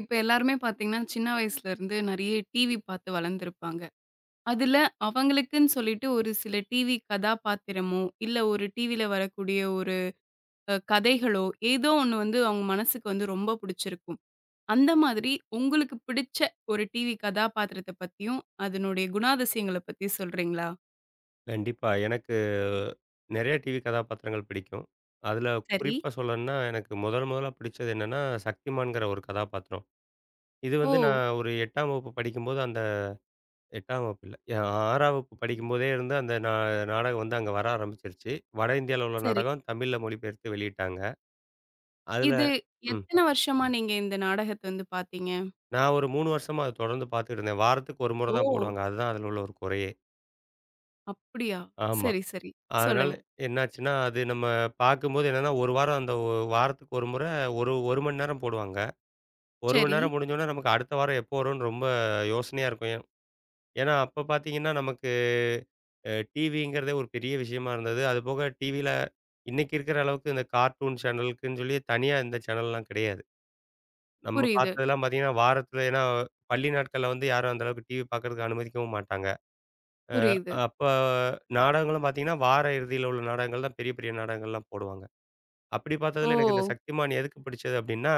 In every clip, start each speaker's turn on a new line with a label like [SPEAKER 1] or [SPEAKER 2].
[SPEAKER 1] இப்ப எல்லாருமே பார்த்தீங்கன்னா, சின்ன வயசுலருந்து நெறைய டிவி பார்த்து வளர்ந்திருப்பாங்க. அதுல அவங்களுக்குன்னு சொல்லிட்டு ஒரு சில டிவி கதாபாத்திரமோ, இல்ல ஒரு டிவில வரக்கூடிய ஒரு கதைகளோ, ஏதோ ஒண்ணு வந்து அவங்க மனசுக்கு வந்து ரொம்ப புடிச்சிருக்கும். அந்த மாதிரி உங்களுக்கு பிடிச்ச ஒரு டிவி கதாபாத்திரத்த பத்தியும், அதனுடைய குணாதிசயங்கள பத்தியும் சொல்றீங்களா?
[SPEAKER 2] கண்டிப்பா. எனக்கு நெறைய டிவி கதாபாத்திரங்கள் பிடிக்கும். அதுல
[SPEAKER 1] சரி.
[SPEAKER 2] குறிப்பா சொல்லணும்னா, எனக்கு முதல் முதலா பிடிச்சது என்னன்னா, சக்திமான்ங்கிற ஒரு கதாபாத்திரம். இது
[SPEAKER 1] ஓ!
[SPEAKER 2] வந்து நான் ஒரு 8ஆம் வகுப்பு படிக்கும்போது அந்த 8ஆம் வகுப்பு இல்ல. 6ஆம் வகுப்பு படிக்கும்போதே இருந்து அந்த நாடகம் வந்து அங்க வர ஆரம்பிச்சிருச்சு. வட இந்தியால உள்ள
[SPEAKER 1] சரி.
[SPEAKER 2] நாடகம் தமிழ்ல மொழிபெயர்த்து வெளியிட்டாங்க. அதுல
[SPEAKER 1] இது
[SPEAKER 2] ம்.
[SPEAKER 1] எத்தன வருஷமா நீங்க இந்த நாடகத்த வந்து பார்த்தீங்க?
[SPEAKER 2] நான் ஒரு 3 வருஷமா அத தொடர்ந்து பார்த்துட்டு இருந்தேன். வாரத்துக்கு ஒரு முறை
[SPEAKER 1] ஓ!
[SPEAKER 2] தான் போடுவாங்க. அதுதான் அதுல உள்ள ஒரு குறையே.
[SPEAKER 1] அப்படியா?
[SPEAKER 2] ஆமா.
[SPEAKER 1] சரி, சரி.
[SPEAKER 2] அதனால
[SPEAKER 1] சொல்லுங்க.
[SPEAKER 2] என்னாச்சுன்னா, அது நம்ம பார்க்கும்போது என்னன்னா, ஒரு வாரம் அந்த வாரத்துக்கு ஒரு முறை ஒரு 1 மணி நேரம் போடுவாங்க. 1 மணி
[SPEAKER 1] சரி.
[SPEAKER 2] நேரம் முடிஞ்சோனே நமக்கு அடுத்த வாரம் எப்போ வரும்னு ரொம்ப யோசனையா இருக்கும். ஏன்னா அப்ப பார்த்தீங்கன்னா, நமக்கு டிவிங்கிறதே ஒரு பெரிய விஷயமா இருந்தது. அதுபோக டிவியில இன்னைக்கு இருக்கிற அளவுக்கு இந்த கார்ட்டூன் சேனலுக்குன்னு சொல்லி தனியா இந்த சேனல்லாம் கிடையாது. நம்ம
[SPEAKER 1] புரியுது,
[SPEAKER 2] பார்த்ததெல்லாம் பார்த்தீங்கன்னா, வாரத்தில ஏன்னா பள்ளி நாட்கள்ல வந்து யாரும் அந்த அளவுக்கு டிவி பார்க்கறதுக்கு அனுமதிக்கவும் மாட்டாங்க.
[SPEAKER 1] புரியுது.
[SPEAKER 2] அப்ப நாடகங்களும் பார்த்தீங்கன்னா, வார இறுதியில உள்ள நாடகங்கள் தான் பெரிய பெரிய நாடகங்கள்லாம் போடுவாங்க. அப்படி
[SPEAKER 1] ஓ!
[SPEAKER 2] பார்த்ததுல எனக்கு இந்த சக்திமான் எதுக்கு பிடிச்சது அப்படின்னா,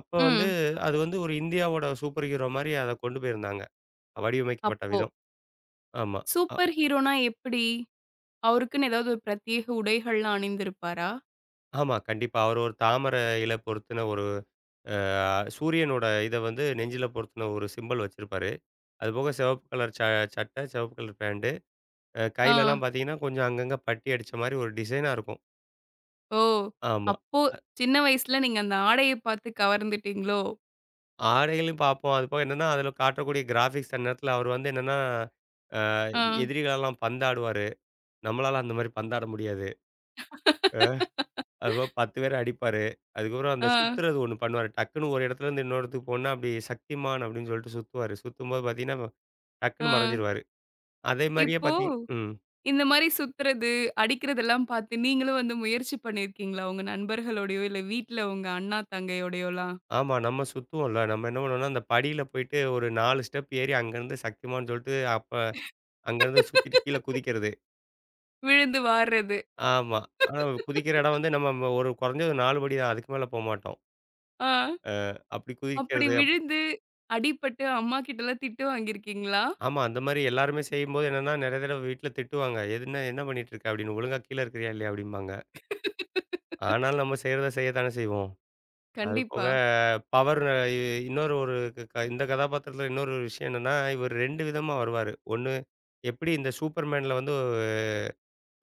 [SPEAKER 2] அப்ப வந்து
[SPEAKER 1] ம்.
[SPEAKER 2] அது வந்து ஒரு இந்தியாவோட சூப்பர் ஹீரோ மாரி அத கொண்டு போயிருந்தாங்க. வடிவமைக்கப்பட்ட
[SPEAKER 1] அப்போ.
[SPEAKER 2] விதம். ஆமா. அ
[SPEAKER 1] சூப்பர் ஹீரோனா எப்படி? அவருக்குன்னு ஏதாவது ஒரு பிரத்யேக உடைகள்லாம் அணிந்திருப்பாரா?
[SPEAKER 2] ஆமா. கண்டிப்பா. அவர் ஒரு இல பொருத்துன ஒரு அ சூரியனோட இத வந்து நெஞ்சில பொருத்துன ஒரு சிம்பல் வச்சிருப்பாரு. அதுபோக சிவப்பு கலர் சட்டை, சிவப்பு கலர் பேண்ட்.
[SPEAKER 1] ஆ.
[SPEAKER 2] கையிலலாம் பார்த்தீங்கன்னா, கொஞ்சம் அங்கங்க பட்டி அடிச்ச மாரி ஒரு டிசைனா இருக்கும்.
[SPEAKER 1] ஓ!
[SPEAKER 2] ஆமா.
[SPEAKER 1] அப்போ சின்ன வயசுல நீங்க அந்த ஆடைய பார்த்து கவர்ந்துட்டீங்களோ?
[SPEAKER 2] ஆடைகளையும் பார்ப்போம். அது போக என்னன்னா, அதில காட்டக்கூடிய கிராபிக்ஸ் அந்நேரத்தில அவர் வந்து என்னன்னா,
[SPEAKER 1] ஆ.
[SPEAKER 2] எதிரிகளெல்லாம் பந்தாடுவாரு. நம்மளால அந்த மாரி பந்தாட முடியாது. அ அதுபோக 10 பேர அடிப்பாரு. அதுக்கப்புறம் அந்த
[SPEAKER 1] ஆ,
[SPEAKER 2] சுத்துறது ஒண்ணு பண்ணுவாரு. டக்குன்னு ஒரு இடத்துலேருந்து இன்னொரு இடத்துக்கு போணுன்னா, அப்படி சக்திமான் அப்படின்னு சொல்லிட்டு சுத்துவாரு. சுத்தும்போது பார்த்தீங்கன்னா,
[SPEAKER 1] ஆ.
[SPEAKER 2] டக்குன்னு மறைஞ்சிருவாரு. அதே மாரியே
[SPEAKER 1] இப்போ
[SPEAKER 2] பார்த்தீங் ம்.
[SPEAKER 1] இந்த மாரி சுத்துறது, அடிக்கிறதெல்லாம் பார்த்து நீங்களும் வந்து முயற்சி பண்ணியிருக்கீங்களா? உங்க நண்பர்களோடையோ, இல்ல வீட்ல உங்க அண்ணா, தங்கையோடையோலாம்?
[SPEAKER 2] ஆமா. நம்ம சுத்துவோம்ல. நம்ம என்ன பண்ணுவோம்னா, அந்த படியில போயிட்டு ஒரு 4 ஸ்டெப் ஏறி அங்கேருந்து சக்திமான்னு சொல்லிட்டு அப்ப அங்கேருந்து சுத்திட்டு கீழ குதிக்கிறது.
[SPEAKER 1] விழுந்து வார்றது.
[SPEAKER 2] ஆமா. ஆனா குதிக்கிற இடம் வந்து நம்ம ஒரு குறைஞ்சது 4 படி தான். அதுக்கு மேல போமாட்டோம்.
[SPEAKER 1] ஆ.
[SPEAKER 2] அப்படி
[SPEAKER 1] அப்படி
[SPEAKER 2] குதிக்கிறது.
[SPEAKER 1] விழுந்து, அடிபட்டு அம்மா கிட்டலாம் திட்டு வாங்கியிருக்கீங்களா?
[SPEAKER 2] ஆமா. அந்த மாரி எல்லாருமே செய்யும்போது என்னன்னா, நெறைய தடவ வீட்ல திட்டுவாங்க. "எதுன என்ன பண்ணிட்டு இருக்க?" அப்படின்னு. "ஒழுங்கா கீழ இருக்கிறியா இல்லையா?" அப்படிம்பாங்க. ஆனாலும் நம்ம செய்றத செய்யத்தானே செய்வோம். அது போக
[SPEAKER 1] கண்டிப்பா.
[SPEAKER 2] பவர் இ இன்னொரு ஒரு க க- இந்த கதாபாத்திரத்தில இன்னொரு விஷயம் என்னன்னா, இவர் 2 விதமா வருவாரு. ஒண்ணு எப்படி இந்த சூப்பர்மேன்ல வந்து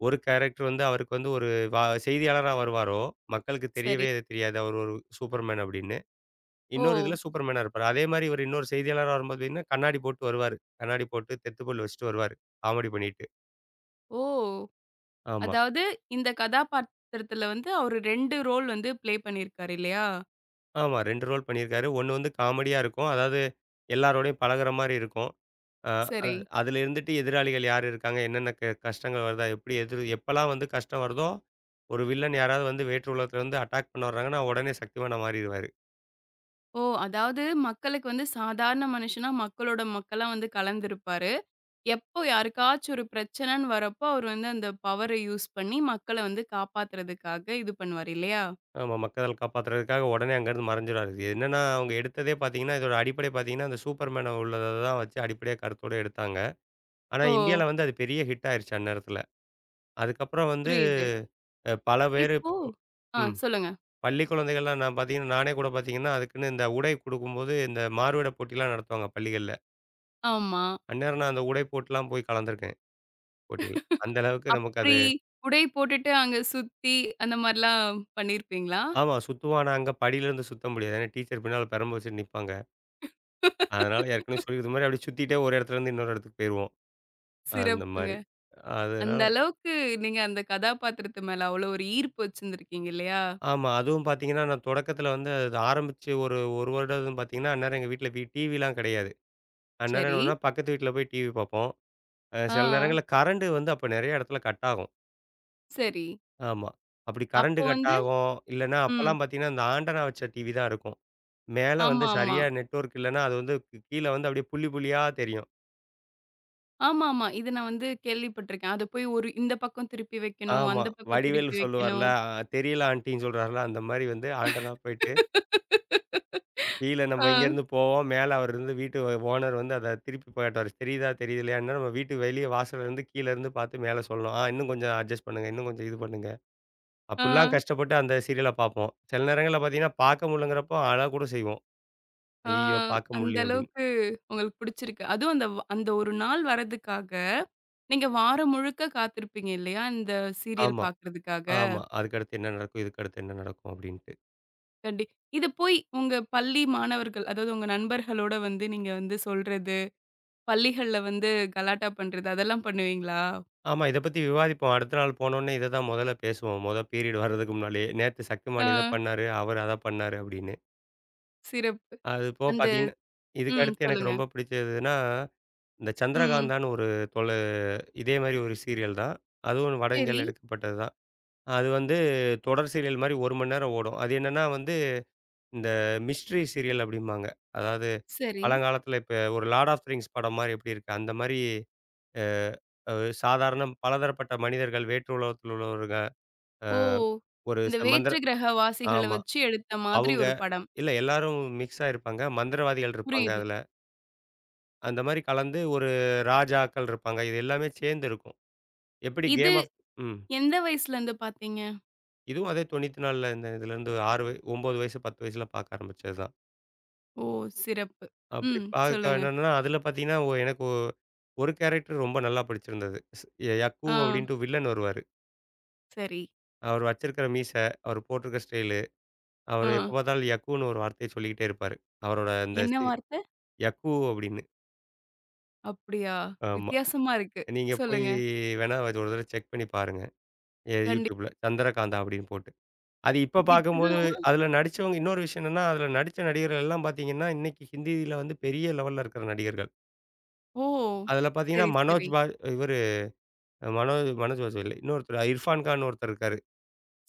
[SPEAKER 2] ஒரு கேரக்டர் வந்து அவருக்கு வந்து ஒரு வ செய்தியாளரா வருவாரோ, மக்களுக்கு
[SPEAKER 1] சரி.
[SPEAKER 2] தெரியவே அது தெரியாது அவர் ஒரு சூப்பர்மேன் அப்படின்னு.
[SPEAKER 1] ஓ!
[SPEAKER 2] இன்னொரு இதில சூப்பர்மேனா இருப்பாரு. அதே மாரி இவர் இன்னொரு செய்தியாளரா வரும்போது பார்த்தீங்கன்னா, கண்ணாடி போட்டு வருவாரு. கண்ணாடி போட்டு, தெத்துப்பல் வச்சுட்டு வருவாரு. காமெடி பண்ணிட்டு.
[SPEAKER 1] ஓ!
[SPEAKER 2] ஆமா.
[SPEAKER 1] அதாவது இந்த கதாபாத்திரத்துல வந்து அவரு 2 ரோல் வந்து ப்ளே பண்ணியிருக்காரு இல்லையா?
[SPEAKER 2] ஆமா. 2 ரோல் பண்ணியிருக்காரு. ஒண்ணு வந்து காமெடியா இருக்கும். அதாவது எல்லாரோடையும் பழகுற மாரி இருக்கும். அ அத
[SPEAKER 1] சரி.
[SPEAKER 2] அதுல இருந்துட்டு எதிராளிகள் யார் இருக்காங்க? என்னென்ன கஷ்டங்கள் வருதா? எப்படி எதிர் எப்பலாம் வந்து கஷ்டம் வருதோ, ஒரு வில்லன் யாராவது வந்து வேற்று உலகத்துல இருந்து அட்டாக் பண்ண வர்றாங்கன்னா, உடனே சக்திவானா மாறிருவாரு.
[SPEAKER 1] ஓ! அதாவது மக்களுக்கு வந்து சாதாரண மனுஷனா மக்களோட மக்களா வந்து கலந்திருப்பாரு. எப்போ யாருக்காச்சும் ஒரு பிரச்சனைன்னு வரப்போ, அவரு வந்து அந்த பவர யூஸ் பண்ணி மக்கள வந்து காப்பாத்துறதுக்காக இது பண்ணுவாரு இல்லையா?
[SPEAKER 2] ஆமா. மக்கள் காப்பாத்துறதுக்காக உடனே அங்கேருந்து மறைஞ்சிருவாரு. இது என்னன்னா, அவங்க எடுத்ததே பார்த்தீங்கன்னா, இதோட அடிப்படை பார்த்தீங்கன்னா, அந்த சூப்பர்மேன உள்ளத தான் வச்சு அடிப்படையா கருத்தோட எடுத்தாங்க. ஆனா,
[SPEAKER 1] ஓ!
[SPEAKER 2] இந்தியால வந்து அது பெரிய ஹிட் ஆயிருச்சு அந்நேரத்துல. அதுக்கப்புறம் வந்து
[SPEAKER 1] புரியுது.
[SPEAKER 2] பல பேரு
[SPEAKER 1] இப்போ
[SPEAKER 2] இப்போ
[SPEAKER 1] ஆ
[SPEAKER 2] ம்.
[SPEAKER 1] சொல்லுங்க.
[SPEAKER 2] பள்ளி குழந்தைகள்லாம் நான் பார்த்தீங்கன்னா, நானே கூட பார்த்தீங்கன்னா, அதுக்குன்னு இந்த உடை குடுக்கும்போது, இந்த மாறுவேட போட்டிலாம் நடத்துவாங்க பள்ளிகள்ல.
[SPEAKER 1] ஆமா.
[SPEAKER 2] அந்நேரம் நான் அந்த உடை போட்டுலாம் போய் கலந்துருக்கேன் போட்டியில. அந்த அளவுக்கு நமக்கு அது
[SPEAKER 1] அப்டி உடை போட்டுட்டு அங்க சுத்தி அந்த மாரிலாம் பண்ணியிருப்பீங்களா?
[SPEAKER 2] ஆமா சுத்துவோம். ஆனா அங்க படியிலேருந்து சுத்த முடியாது. ஏன்னா டீச்சர் பின்னால பெரம்பு வச்சுட்டு நிப்பாங்க. அதனால ஏற்கனவே சொல்லியிருந்த மாரி அப்படியே சுத்திட்டே ஒரு இடத்துலேருந்து இன்னொரு இடத்துக்கு போயிருவோம். அந்த
[SPEAKER 1] சிறப்புங்க.
[SPEAKER 2] மாரி.
[SPEAKER 1] அந்த
[SPEAKER 2] அதனால
[SPEAKER 1] அளவுக்கு நீங்க அந்த கதாபாத்திரத்து மேல அவ்வளோ ஒரு ஈர்ப்பு வச்சிருந்திருக்கீங்க இல்லையா?
[SPEAKER 2] ஆமா. அதுவும் பார்த்தீங்கன்னா, நான் தொடக்கத்தில வந்து அது ஆரம்பிச்சு ஒரு 1 வருடம் பார்த்தீங்கன்னா, அந்நேரம் எங்க வீட்ல டிவிலாம் கிடையாது. அந்நேரம்
[SPEAKER 1] சரி.
[SPEAKER 2] என்னன்னா, பக்கத்து வீட்ல போய் டிவி பார்ப்போம்.
[SPEAKER 1] ஆ,
[SPEAKER 2] சில நேரங்கள்ல கரண்ட் வந்து அப்ப நெறைய இடத்துல கட் ஆகும்.
[SPEAKER 1] சரி.
[SPEAKER 2] ஆமா. அப்படி கரண்ட்
[SPEAKER 1] அப்போ
[SPEAKER 2] கட்
[SPEAKER 1] வந்து
[SPEAKER 2] ஆகும். இல்லன்னா
[SPEAKER 1] ம்.
[SPEAKER 2] அப்பலாம் பார்த்தீங்கன்னா, இந்த ஆண்டனா வச்ச டிவி தான் இருக்கும். மேல வந்து
[SPEAKER 1] ஆமா.
[SPEAKER 2] சரியா நெட்வொர்க் இல்லன்னா, அது வந்து கீழ வந்து அப்படியே புள்ளி புள்ளியா தெரியும்.
[SPEAKER 1] ஆமாமா. இத நான் வந்து கேள்விப்பட்டுருக்கேன். அத போய் ஒரு இந்த பக்கம் திருப்பி வைக்கணும்,
[SPEAKER 2] ஆமா.
[SPEAKER 1] அந்த பக்கம்
[SPEAKER 2] வடிவேலு
[SPEAKER 1] திருப்பி
[SPEAKER 2] சொல்லுவார்ல,
[SPEAKER 1] வைக்கணும்.
[SPEAKER 2] "தெரியல ஆன்ட்டின்னு" சொல்றார்ல, அந்த மாரி வந்து ஆண்டனா போயிட்டு, கீழ நம்ம
[SPEAKER 1] ஆ,
[SPEAKER 2] இங்கேருந்து போவோம். மேல அவர் இருந்து வீட்டு ஓனர் வந்து அத திருப்பி காட்டுவாரு. தெரியுதா, தெரியலையான்னா, நம்ம வீட்டு வெளிய வாசல்ல இருந்து கீழ இருந்து பார்த்து மேல சொல்லணும். "ஆ இன்னும் கொஞ்சம் அட்ஜஸ்ட் பண்ணுங்க. இன்னும் கொஞ்சம் இது பண்ணுங்க."
[SPEAKER 1] ஆ,
[SPEAKER 2] அப்படிலாம் கஷ்டப்பட்டு அந்த சீரியல பார்ப்போம். சில நேரங்கள்ல பார்த்தீங்கன்னா, பார்க்க முடியலங்கிறப்போ அழக்கூட செய்வோம்.
[SPEAKER 1] ஆ.
[SPEAKER 2] "ஐய்யய்யோ! பார்க்க
[SPEAKER 1] அந்த
[SPEAKER 2] முடியலையே" அப்படின்னு.
[SPEAKER 1] அளவுக்கு உங்களுக்கு புடிச்சிருக்கு. அதுவும் அந்த அந்த ஒரு நாள் வர்றதுக்காக, நீங்க வாரம் முழுக்க காத்திருப்பீங்க இல்லையா? இந்த சீரியல்
[SPEAKER 2] ஆமா,
[SPEAKER 1] பார்க்கறதுக்காக.
[SPEAKER 2] ஆமா. அதுக்கடுத்து என்ன நடக்கும்? இதுக்கடுத்து என்ன நடக்கும்? அப்டின்ட்டு.
[SPEAKER 1] கண்டி இது போய் உங்க பள்ளி மாணவர்கள், அதாவது உங்க நண்பர்களோட வந்து நீங்க வந்து சொல்றது, பள்ளிகள்ல வந்து கலாட்டா பண்றது, அதெல்லாம் பண்ணுவீங்களா?
[SPEAKER 2] ஆமா, இத பத்தி விவாதிப்போம். அடுத்த நாள் போனோனே இத தான் மொதல்ல பேசுவோம். மொத பீரியட் வர்றதுக்கு முன்னாலயே. நேத்து சக்திமான் இத
[SPEAKER 1] ஆ,
[SPEAKER 2] பண்ணாரு, அவரு அத பண்ணாரு அப்டின்னு.
[SPEAKER 1] சிறப்பு.
[SPEAKER 2] அது போக
[SPEAKER 1] அந்த
[SPEAKER 2] பார்த்தீங்கன்னா,
[SPEAKER 1] ம்.
[SPEAKER 2] இதுக்கடுத்து எனக்கு
[SPEAKER 1] சொல்லுங்க.
[SPEAKER 2] ரொம்ப பிடிச்சதுன்னா, இந்த
[SPEAKER 1] ம்.
[SPEAKER 2] சந்திரகாந்தான்னு ஒரு தொல இதே மாரி ஒரு சீரியல் தான். அதுவும் வட
[SPEAKER 1] சரி,
[SPEAKER 2] இந்தியால எடுக்கப்பட்டது தான். அது வந்து தொடர் சீரியல் மாரி 1 மணி நேரம் ஓடும். அது என்னன்னா வந்து, இந்த மிஸ்ட்ரி சீரியல் அப்டிம்பாங்க. அதாவது
[SPEAKER 1] சரி.
[SPEAKER 2] பழங்காலத்துல இப்ப ஒரு லார்ட் ஆஃப் த ரிங்ஸ் படம் மாரி எப்டி இருக்கு? அந்த மாரி அ அ சாதாரண பலதரப்பட்ட மனிதர்கள், வேற்று உலகத்தில் உள்ளவருங்க. அ
[SPEAKER 1] ஓ!
[SPEAKER 2] ஒரு
[SPEAKER 1] இந்த
[SPEAKER 2] ச மந்திர
[SPEAKER 1] வேற்று கிரக வாசிகள
[SPEAKER 2] ஆமா.
[SPEAKER 1] வச்சு எடுத்த மாதிரி
[SPEAKER 2] அவங்க
[SPEAKER 1] ஒரு படம்.
[SPEAKER 2] இல்ல எல்லாரும் மிக்ஸா இருப்பாங்க. மந்திரவாதிகள் இருப்பாங்க
[SPEAKER 1] புரியுது.
[SPEAKER 2] அதுல. அந்த மாரி கலந்து ஒரு ராஜாக்கள் இருப்பாங்க. இது எல்லாமே சேர்ந்து இருக்கும். எப்படி
[SPEAKER 1] இது
[SPEAKER 2] கேம் ஆஃப் ம்.
[SPEAKER 1] எந்த வயசுலருந்து பார்த்தீங்க?
[SPEAKER 2] இதுவும் அதே 94ல இந்த இதுலேருந்து 6 வய 9 வயசு, 10 வயசுல பார்க்க ஆரம்பிச்சது தான்.
[SPEAKER 1] ஓ! சிறப்பு.
[SPEAKER 2] அப்படி
[SPEAKER 1] ம்.
[SPEAKER 2] பார்க்க
[SPEAKER 1] சொல்லுங்க.
[SPEAKER 2] என்னன்னா, அதில பார்த்தீங்கன்னா, ஒ எனக்கு ஒ ஒரு கேரக்டர் ரொம்ப நல்லா பிடிச்சிருந்தது. யக்கூ
[SPEAKER 1] ஆ,
[SPEAKER 2] அப்படின்ட்டு வில்லன் வருவாரு.
[SPEAKER 1] சரி.
[SPEAKER 2] அவர் வச்சிருக்கிற மீசை, அவர் போட்டிருக்க ஸ்டைலு
[SPEAKER 1] ஆ.
[SPEAKER 2] அவரு எப்ப பார்த்தாலும் யக்கூன்னு ஒரு வார்த்தைய சொல்லிக்கிட்டே இருப்பாரு. அவரோட அந்த
[SPEAKER 1] என்ன வார்த்த?
[SPEAKER 2] யக்கூ அப்டின்னு.
[SPEAKER 1] அப்படியா?
[SPEAKER 2] ஆமா.
[SPEAKER 1] வித்தியாசமா இருக்கு.
[SPEAKER 2] நீங்க போய்
[SPEAKER 1] சொல்லுங்க.
[SPEAKER 2] வேணா அது ஒரு தடவ செக் பண்ணி பாருங்க.
[SPEAKER 1] கண்டிப்
[SPEAKER 2] YouTubeல சந்திரகாந்தா அப்டின்னு போட்டு. அது இப்ப
[SPEAKER 1] இது இப்ப
[SPEAKER 2] பார்க்கும்போது
[SPEAKER 1] தான்
[SPEAKER 2] அதுல நடிச்சவங்க இன்னொரு விஷயம் என்னன்னா, அதுல நடிச்ச நடிகர்கள் எல்லாம் பார்த்தீங்கன்னா, இன்னைக்கு ஹிந்தியில வந்து பெரிய லெவல்ல இருக்கிற நடிகர்கள்.
[SPEAKER 1] ஓ!
[SPEAKER 2] அதுல பார்த்தீங்கன்னா,
[SPEAKER 1] சரி,
[SPEAKER 2] மனோஜ்
[SPEAKER 1] சரி,
[SPEAKER 2] பா இவரு மனோஜ் மனோஜ் பாஜு இல்ல. இன்னொருத்தர் இர்ஃபான் கான் ஒருத்தர் இருக்காரு.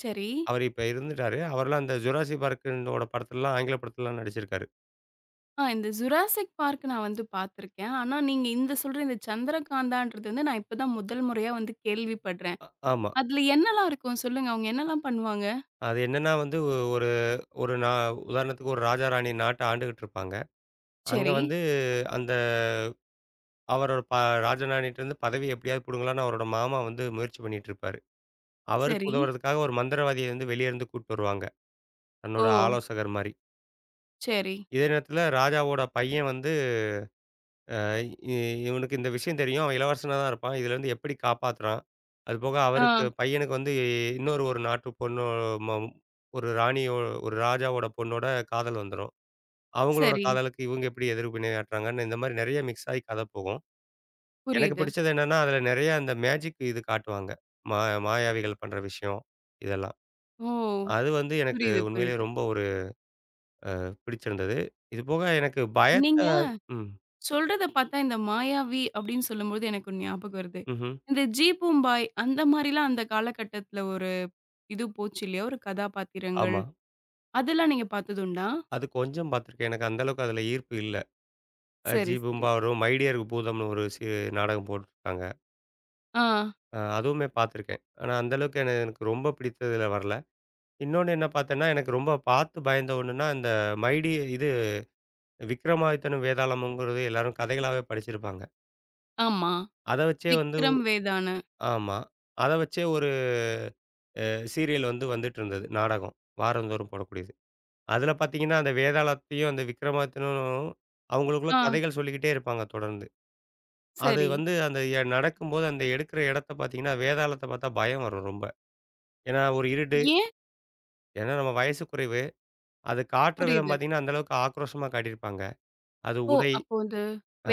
[SPEAKER 1] சரி.
[SPEAKER 2] அவரு இப்ப இறந்துட்டாரு. அவர்லாம் அந்த ஜுராஸி பார்க்னோட படத்துலலாம் ஆங்கில படத்துலலாம் நடிச்சிருக்காரு.
[SPEAKER 1] ஆ இந்த ஜுராசிக் பார்க் நான் வந்து பார்த்துருக்கேன். ஆனா, நீங்க இந்த சொல்ற இந்த சந்திரகாந்தான்றது வந்து நான் இப்ப தான் முதல் முறையா வந்து கேள்விப்படுறேன்.
[SPEAKER 2] ஆமா.
[SPEAKER 1] அதுல என்னலாம் இருக்கும்? சொல்லுங்க. அவங்க என்னலாம் பண்ணுவாங்க?
[SPEAKER 2] அது என்னன்னா வந்து ஒரு ஒரு நா உதாரணத்துக்கு ஒரு ராஜா, ராணி நாட்ட ஆண்டுகிட்டு இருப்பாங்க. அங்க
[SPEAKER 1] சரி,
[SPEAKER 2] வந்து அந்த அவரோட ப ராஜராணிட்டருந்து பதவி எப்படியாவது பிடுங்கலான்னு அவரோட மாமா வந்து முயற்சி பண்ணிட்டு இருப்பாரு. அவருக்கு
[SPEAKER 1] சரி.
[SPEAKER 2] உதவுறதுக்காக ஒரு மந்திரவாதிய வந்து வெளிய இருந்து கூட்டு வருவாங்க.
[SPEAKER 1] ஓ!
[SPEAKER 2] தன்னோட ஆலோசகர் மாரி.
[SPEAKER 1] சரி.
[SPEAKER 2] இதே நேரத்தில ராஜாவோட பையன் வந்து அஹ், இ இவனுக்கு இந்த விஷயம் தெரியும். அவன் இளவரசனா தான் இருப்பான். இதுலேருந்து எப்படி காப்பாத்துறான்? அதுபோக
[SPEAKER 1] ஆ
[SPEAKER 2] அவருக்கு பையனுக்கு வந்து இன்னொரு நாட்டு பொண்ணு ம ஒரு ராணியோ ஒரு ராஜாவோட பொண்ணோட காதல் வந்துரும். அவங்களோட
[SPEAKER 1] சரி.
[SPEAKER 2] காதலுக்கு இவங்க எப்படி எதிர் வினையாட்டுறாங்கன்னு இந்த மாரி நெறைய மிக்ஸ் ஆயி கதை போகும். எனக்கு
[SPEAKER 1] புரியுது.
[SPEAKER 2] பிடிச்சது என்னன்னா, அதில நெறைய அந்த மேஜிக் இது காட்டுவாங்க. மா மாயாவிகள் பண்ற விஷயம், இதெல்லாம்.
[SPEAKER 1] ஓ!
[SPEAKER 2] அது வந்து எனக்கு
[SPEAKER 1] புரியுது,
[SPEAKER 2] உண்மையிலேயே
[SPEAKER 1] புரியுது.
[SPEAKER 2] ரொம்ப ஒரு பிடிச்சிருந்தது. இதுபோக எனக்கு பயத்த
[SPEAKER 1] நீங்க
[SPEAKER 2] ம்.
[SPEAKER 1] சொல்றத பார்த்தா இந்த மாயாவி அப்படின்னு சொல்லும்போது எனக்கு ஒண்ணு ஞாபகம் வருது.
[SPEAKER 2] ம்ஹ்ம்.
[SPEAKER 1] இந்த ஜி பூம்பாய் அந்த மாரிலாம் அந்த காலகட்டத்துல ஒரு இது போச்சு இல்லையா? ஒரு கதாபாத்திரங்கள்.
[SPEAKER 2] ஆமா.
[SPEAKER 1] அதெல்லாம் நீங்க பார்த்ததுண்டா?
[SPEAKER 2] அது கொஞ்சம் பார்த்துருக்கேன். எனக்கு அந்த அளவுக்கு அதில ஈர்ப்பு இல்ல.
[SPEAKER 1] சரி,
[SPEAKER 2] ஜி
[SPEAKER 1] சரி.
[SPEAKER 2] பூம்பாவரும், மை டியர் பூதம்னு ஒரு நாடகம் போட்டுருக்காங்க.
[SPEAKER 1] ஆ,
[SPEAKER 2] அதுவுமே பார்த்துருக்கேன். ஆனா அந்த அளவுக்கு எனக்கு ரொம்ப பிடித்ததுல வரல. இன்னொன்னு என்ன பார்த்தேன்னா, எனக்கு ரொம்ப பார்த்து பயந்த ஒண்ணுன்னா, இந்த மை டி இது விக்ரமாதித்தனும், வேதாளமும்ங்கிறது எல்லாரும் கதைகளாவே படிச்சிருப்பாங்க.
[SPEAKER 1] ஆமா.
[SPEAKER 2] அத வச்சே வந்து
[SPEAKER 1] விக்ரம், வேதாளம்.
[SPEAKER 2] ஆமா. அத வச்சே ஒரு சீரியல் வந்து வந்துட்டுருந்தது. நாடகம். வாரந்தோறும் போடக்கூடியது. அதுல பார்த்தீங்கன்னா, அந்த வேதாளத்தையும், அந்த விக்ரமாதித்தனும் அவங்களுக்குள்ள
[SPEAKER 1] ஆ,
[SPEAKER 2] கதைகள் சொல்லிக்கிட்டே இருப்பாங்க தொடர்ந்து. அது
[SPEAKER 1] சரி.
[SPEAKER 2] வந்து அந்த நடக்கும்போது அந்த எடுக்கிற இடத்த பார்த்தீங்கன்னா, வேதாளத்த பார்த்தா பயம் வரும் ரொம்ப. ஏன்னா ஒரு இருட்டு.
[SPEAKER 1] ஏன்?
[SPEAKER 2] ஏன்னா நம்ம வயசு குறைவு. அது காட்டுற விதம்
[SPEAKER 1] புரியுது.
[SPEAKER 2] பார்த்தீங்கன்னா, அந்த அளவுக்கு ஆக்ரோஷமா காட்டியிருப்பாங்க. அது
[SPEAKER 1] ஓ!
[SPEAKER 2] உடை.
[SPEAKER 1] அப்போ வந்து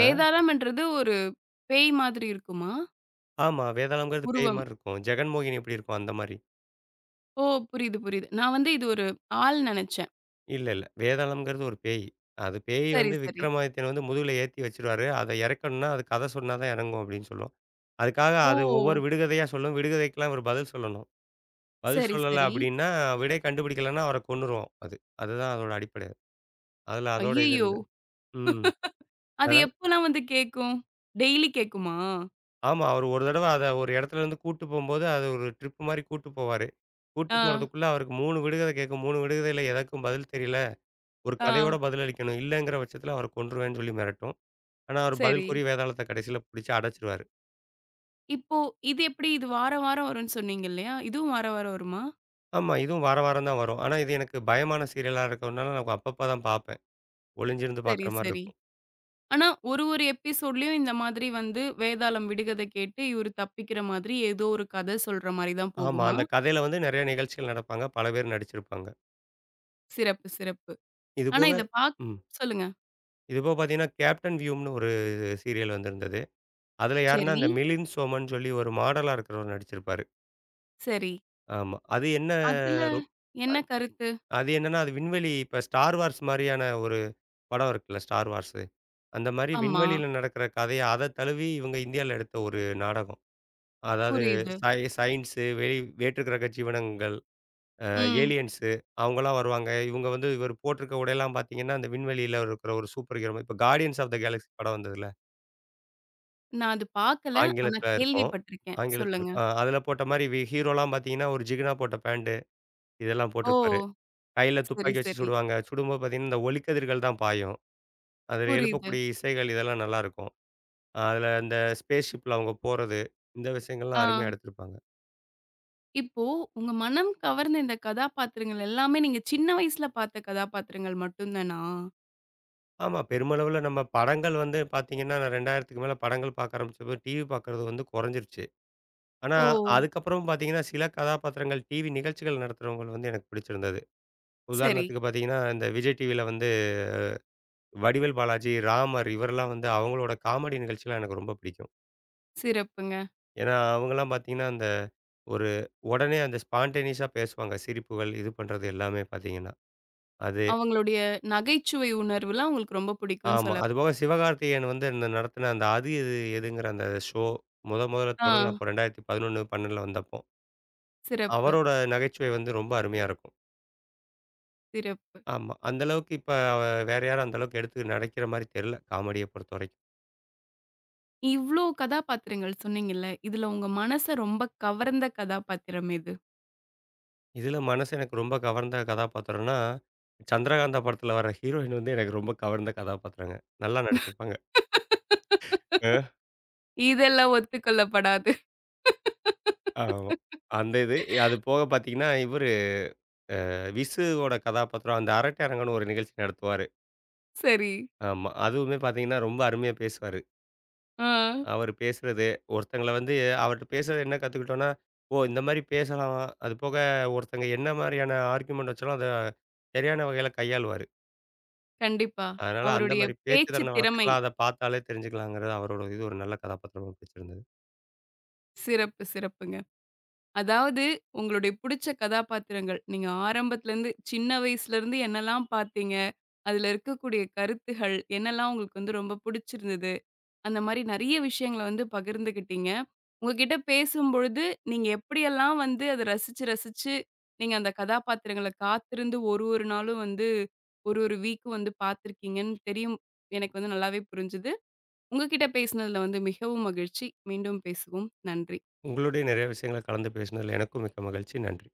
[SPEAKER 2] அ
[SPEAKER 1] ஒரு பேய் மாதிரி இருக்குமா?
[SPEAKER 2] ஆமா. வேதாளம்ங்கிறது பேய்
[SPEAKER 1] உருவம்.
[SPEAKER 2] மாரி இருக்கும். ஜெகன்மோகினி எப்படி இருக்கும் அந்த மாரி.
[SPEAKER 1] ஓ! புரியுது, புரியுது. நான் வந்து இது ஒரு ஆள் நெனச்சேன்.
[SPEAKER 2] இல்ல, இல்ல. வேதாளம்ங்கிறது ஒரு பேய். அது பேய்
[SPEAKER 1] சரி,
[SPEAKER 2] வந்து
[SPEAKER 1] சரி.
[SPEAKER 2] விக்ரமாதித்யன் வந்து முதுகுல ஏத்தி வச்சுருவாரு. அத இறக்கணும்னா, அது கதை சொன்னா தான் இறங்கும் அப்படின்னு சொல்லும். அதுக்காக
[SPEAKER 1] ஓ!
[SPEAKER 2] அது ஒவ்வொரு விடுகதையா சொல்லும். விடுகதைக்கெல்லாம் இவர் பதில் சொல்லணும். பதில்
[SPEAKER 1] சரி,
[SPEAKER 2] சொல்லல
[SPEAKER 1] சரி.
[SPEAKER 2] அப்படின்னா, விடை கண்டுபிடிக்கலன்னா அவர கொன்னுரும் அது. அதுதான் அதோட அடிப்படை. அதுல அதோட இது
[SPEAKER 1] ஐய்யயோ!
[SPEAKER 2] இருந்தது. ம்.
[SPEAKER 1] அது
[SPEAKER 2] அதனால
[SPEAKER 1] எப்பலாம் வந்து கேக்கும்? டெய்லி கேக்குமா?
[SPEAKER 2] ஆமா. அவரு ஒரு தடவ அத ஒரு இடத்துலருந்து கூட்டு போம்போது, அது ஒரு ட்ரிப் மாரி கூட்டு போவாரு. கூட்டு
[SPEAKER 1] ஆ,
[SPEAKER 2] போறதுக்குள்ள அவருக்கு 3 விடுகதை கேட்கும். 3 விடுகதையில எதற்கும் பதில் தெரியல. ஒரு
[SPEAKER 1] ஆ.
[SPEAKER 2] கதையோட பதிலளிக்கணும். இல்லங்கிற பட்சத்தில அவர கொன்றுவேன்னு சொல்லி மிரட்டும். ஆனா, அவரு பதில்
[SPEAKER 1] சரி.
[SPEAKER 2] கூறி வேதாளத்த கடைசியில புடிச்சு அடைச்சுருவாரு.
[SPEAKER 1] இப்போ இது எப்படி? இது வாரம், வாரம் வரும்ன்னு சொன்னீங்க இல்லையா? இதுவும் வாரம், வாரம் வருமா?
[SPEAKER 2] ஆமா, இதுவும் வார வாரம் தான் வரும். ஆனா, இது எனக்கு பயமான சீரியலா இருக்கிறதுனால நான் அப்பப்ப தான் பார்ப்பேன். ஒளிஞ்சிருந்து
[SPEAKER 1] சரி,
[SPEAKER 2] பார்க்குற மாரி
[SPEAKER 1] சரி.
[SPEAKER 2] இருக்கும்.
[SPEAKER 1] ஆனா, ஒரு ஒரு எபிசோட்லயும் இந்த மாதிரி வந்து வேதாளம் விடுகதை கேட்டு இவரு தப்பிக்கிற மாதிரி ஏதோ ஒரு கதை சொல்ற மாரி தான்
[SPEAKER 2] ஆமா,
[SPEAKER 1] போகுமா?
[SPEAKER 2] அந்த கதையில வந்து நெறைய நிகழ்ச்சிகள் நடப்பாங்க. பல பேர் நடிச்சிருப்பாங்க.
[SPEAKER 1] சிறப்பு, சிறப்பு. ஆனா
[SPEAKER 2] இதுபோக
[SPEAKER 1] இத பாக்
[SPEAKER 2] ம்.
[SPEAKER 1] சொல்லுங்க.
[SPEAKER 2] இதுபோக பார்த்தீங்கன்னா, கேப்டன் வியூம்ன்னு ஒரு சீரியல் வந்திருந்தது. அதுல யாருன்னா,
[SPEAKER 1] சரி,
[SPEAKER 2] அந்த மிலிந்த் சோமன் சொல்லி ஒரு மாடலா இருக்கிறவர் நடிச்சிருப்பாரு.
[SPEAKER 1] சரி.
[SPEAKER 2] ஆமா. அது என்ன
[SPEAKER 1] அதுல
[SPEAKER 2] ரொ
[SPEAKER 1] என்ன கருத்து?
[SPEAKER 2] அது என்னன்னா, அது விண்வெளி இப்ப Star Wars மாரியான ஒரு படம் இருக்குல்ல ஸ்டார் வார்ஸு. அந்த மாரி
[SPEAKER 1] ஆமா,
[SPEAKER 2] விண்வெளியில நடக்கிற கதைய அத தழுவி இவங்க இந்தியால எடுத்த ஒரு நாடகம். அதாவது
[SPEAKER 1] புரியுது.
[SPEAKER 2] சயின்ஸு வெளி வேற்று கிரக ஜீவனங்கள், அ
[SPEAKER 1] ம்.
[SPEAKER 2] ஏலியன்ஸு அவங்கலாம் வருவாங்க. இவங்க வந்து இவர் போட்டிருக்க உடையெல்லாம் பார்த்தீங்கன்னா, அந்த விண்வெளியில இருக்கிற ஒரு சூப்பர் ஹீரோ மாரி. இப்ப கார்டியன்ஸ் ஆஃப் த கேலக்ஸி படம் வந்ததுல்ல.
[SPEAKER 1] நான் அது பாக்கல. ஆனா
[SPEAKER 2] ஆங்கிலத்தில இருக்கும்.
[SPEAKER 1] கேள்விப்பட்டிருக்கேன்.
[SPEAKER 2] ஆங்கிலத்தில
[SPEAKER 1] சொல்லுங்க.
[SPEAKER 2] இருக்கும். அதில போட்ட மாரி ஹீரோலாம் பார்த்தீங்கன்னா, ஒரு ஜிகினா போட்ட பேண்டு இதெல்லாம்
[SPEAKER 1] ஓ!
[SPEAKER 2] போட்டிருப்பாரு. கையில
[SPEAKER 1] சரி,
[SPEAKER 2] துப்பாக்கி வச்சு
[SPEAKER 1] சரி.
[SPEAKER 2] சுடுவாங்க. சுடும்போது பார்த்தீங்கன்னா, இந்த ஒலிக்கதிர்கள் தான் பாயும். அதில
[SPEAKER 1] புரியுது.
[SPEAKER 2] எழுப்பக்கூடிய இசைகள் இதெல்லாம் நல்லாருக்கும். அதுல இந்த ஸ்பேஸ் ஷிப்ல அவங்க போறது, இந்த விஷயங்கள்லாம்
[SPEAKER 1] ஆ.
[SPEAKER 2] அருமையா எடுத்திருப்பாங்க.
[SPEAKER 1] இப்போ உங்க மனம் கவர்ந்த இந்த கதாபாத்திரங்கள் எல்லாமே நீங்க சின்ன வயசுல பாத்த கதாபாத்திரங்கள் மட்டும் தானா?
[SPEAKER 2] ஆமா, பெருமளவுல நம்ம படங்கள் வந்து பார்த்தீங்கன்னா, நான் 2000க்கு மேல படங்கள் பார்க்க ஆரம்பிச்சப்போ, டிவி பார்க்கறது வந்து குறைஞ்சிருச்சு. ஆனா,
[SPEAKER 1] ஓ!
[SPEAKER 2] அதுக்கப்புறம் பார்த்தீங்கன்னா, சில கதாபாத்திரங்கள் டிவி நிகழ்ச்சிகள் நடத்துறவங்கள வந்து எனக்கு பிடிச்சிருந்தது.
[SPEAKER 1] சரி.
[SPEAKER 2] உதாரணத்துக்கு பார்த்தீங்கன்னா, இந்த விஜய் டிவில வந்து வடிவேல் பாலாஜி, ராமர் இவரெல்லாம் வந்து அவங்களோட காமெடி நிகழ்ச்சிலாம் எனக்கு ரொம்ப பிடிக்கும்.
[SPEAKER 1] சிறப்புங்க.
[SPEAKER 2] ஏன்னா, அவங்கலாம் பார்த்தீங்கன்னா, அந்த ஒரு உடனே அந்த ஸ்பான்டேனியஸா பேசுவாங்க. சிரிப்புகள், இது பண்றது எல்லாமே பார்த்தீங்கன்னா. அது
[SPEAKER 1] அவங்களுடைய நகைச்சுவை உணர்வுலாம் அவங்களுக்கு ரொம்ப பிடிக்கும்ன்னு
[SPEAKER 2] ஆமா.
[SPEAKER 1] சொல்ல
[SPEAKER 2] அதுபோக சிவகார்த்திகேயன் வந்து இந்த நடத்தின அந்த அது இது எதுங்கிற அந்த ஷோ முத முதல்ல
[SPEAKER 1] ஆ
[SPEAKER 2] தொடங்குனப்போ 2011, 12 வந்தப்போ.
[SPEAKER 1] சிறப்பு,
[SPEAKER 2] அவரோட நகைச்சுவை வந்து ரொம்ப அருமையா இருக்கும்.
[SPEAKER 1] சிறப்பு.
[SPEAKER 2] ஆமா. அந்த அளவுக்கு இப்ப வேற யாரும் அந்த அளவுக்கு எடுத்து நடிக்கிற மாரி தெரியல. காமெடிய பொறுத்தவரைக்கும்.
[SPEAKER 1] இவ்ளோ கதாபாத்திரங்கள் சொன்னீங்கல்ல, இதுல உங்க மனச ரொம்ப கவர்ந்த கதாபாத்திரம் எது?
[SPEAKER 2] இதுல மனசு எனக்கு ரொம்ப கவர்ந்த கதாபாத்திரம்னா, சந்திரகாந்தா படத்துல வர ஹீரோயின் வந்து எனக்கு ரொம்ப கவர்ந்த கதாபாத்திரங்க. நல்லா நடிச்சிருப்பாங்க. அ
[SPEAKER 1] இதெல்லாம் ஒத்துக்கொள்ளப்படாது.
[SPEAKER 2] ஆமா. அந்த இது. அது போக பார்த்தீங்கன்னா, இவரு விசுவோட கதாபாத்திரம் அந்த அரட்டை அரங்கன்னு ஒரு நிகழ்ச்சி நடத்துவார்.
[SPEAKER 1] சரி.
[SPEAKER 2] ஆமா. அதுவுமே பார்த்தீங்கன்னா, ரொம்ப அருமையா பேசுவாரு.
[SPEAKER 1] ஆ.
[SPEAKER 2] அவரு பேசுறது, ஒருத்தங்கள வந்து அவர்ட்ட பேசுறது என்ன கத்துக்கிட்டோம்னா, ஓ! இந்த மாரி பேசலாம். அது போக ஒருத்தங்க என்ன மாரியான ஆர்குமெண்ட் வச்சாலும், அத சரியான வகையில கையாளுவாரு.
[SPEAKER 1] கண்டிப்பா.
[SPEAKER 2] அதனால அந்த
[SPEAKER 1] அவருடைய
[SPEAKER 2] மாரி பேச்சு
[SPEAKER 1] பேச்சு
[SPEAKER 2] திறனை
[SPEAKER 1] திறமை.
[SPEAKER 2] வளர்த்துக்கலாம். அத பார்த்தாலே தெரிஞ்சுக்கலாங்கிறது அவரோட இது ஒரு நல்ல கதாபாத்திரமா பிடிச்சிருந்தது.
[SPEAKER 1] சிறப்பு, சிறப்புங்க. அதாவது உங்களுடைய புடிச்ச கதாபாத்திரங்கள். நீங்க ஆரம்பத்துலருந்து, சின்ன வயசுலருந்து என்னலாம் பார்த்தீங்க? அதுல இருக்கக்கூடிய கருத்துகள், என்னலாம் உங்களுக்கு வந்து ரொம்ப புடிச்சிருந்தது? அந்த மாரி நெறைய விஷயங்கள வந்து பகிர்ந்துக்கிட்டீங்க. உங்ககிட்ட பேசும்பொழுது, நீங்க எப்படியெல்லாம் வந்து அத ரசிச்சு நீங்க அந்த கதாபாத்திரங்கள காத்திருந்து ஒரு ஒரு நாளும் வந்து, ஒரு ஒரு வீக்கும் வந்து பார்த்துருக்கீங்கன்னு தெரியும். எனக்கு வந்து நல்லாவே புரிஞ்சுது. உங்க கிட்ட பேசினதுல வந்து மிகவும் மகிழ்ச்சி. மீண்டும் பேசுவோம். நன்றி.
[SPEAKER 2] உங்களுடைய நிறைய விஷயங்கள கலந்து பேசினதுல எனக்கும் மிக்க மகிழ்ச்சி. நன்றி.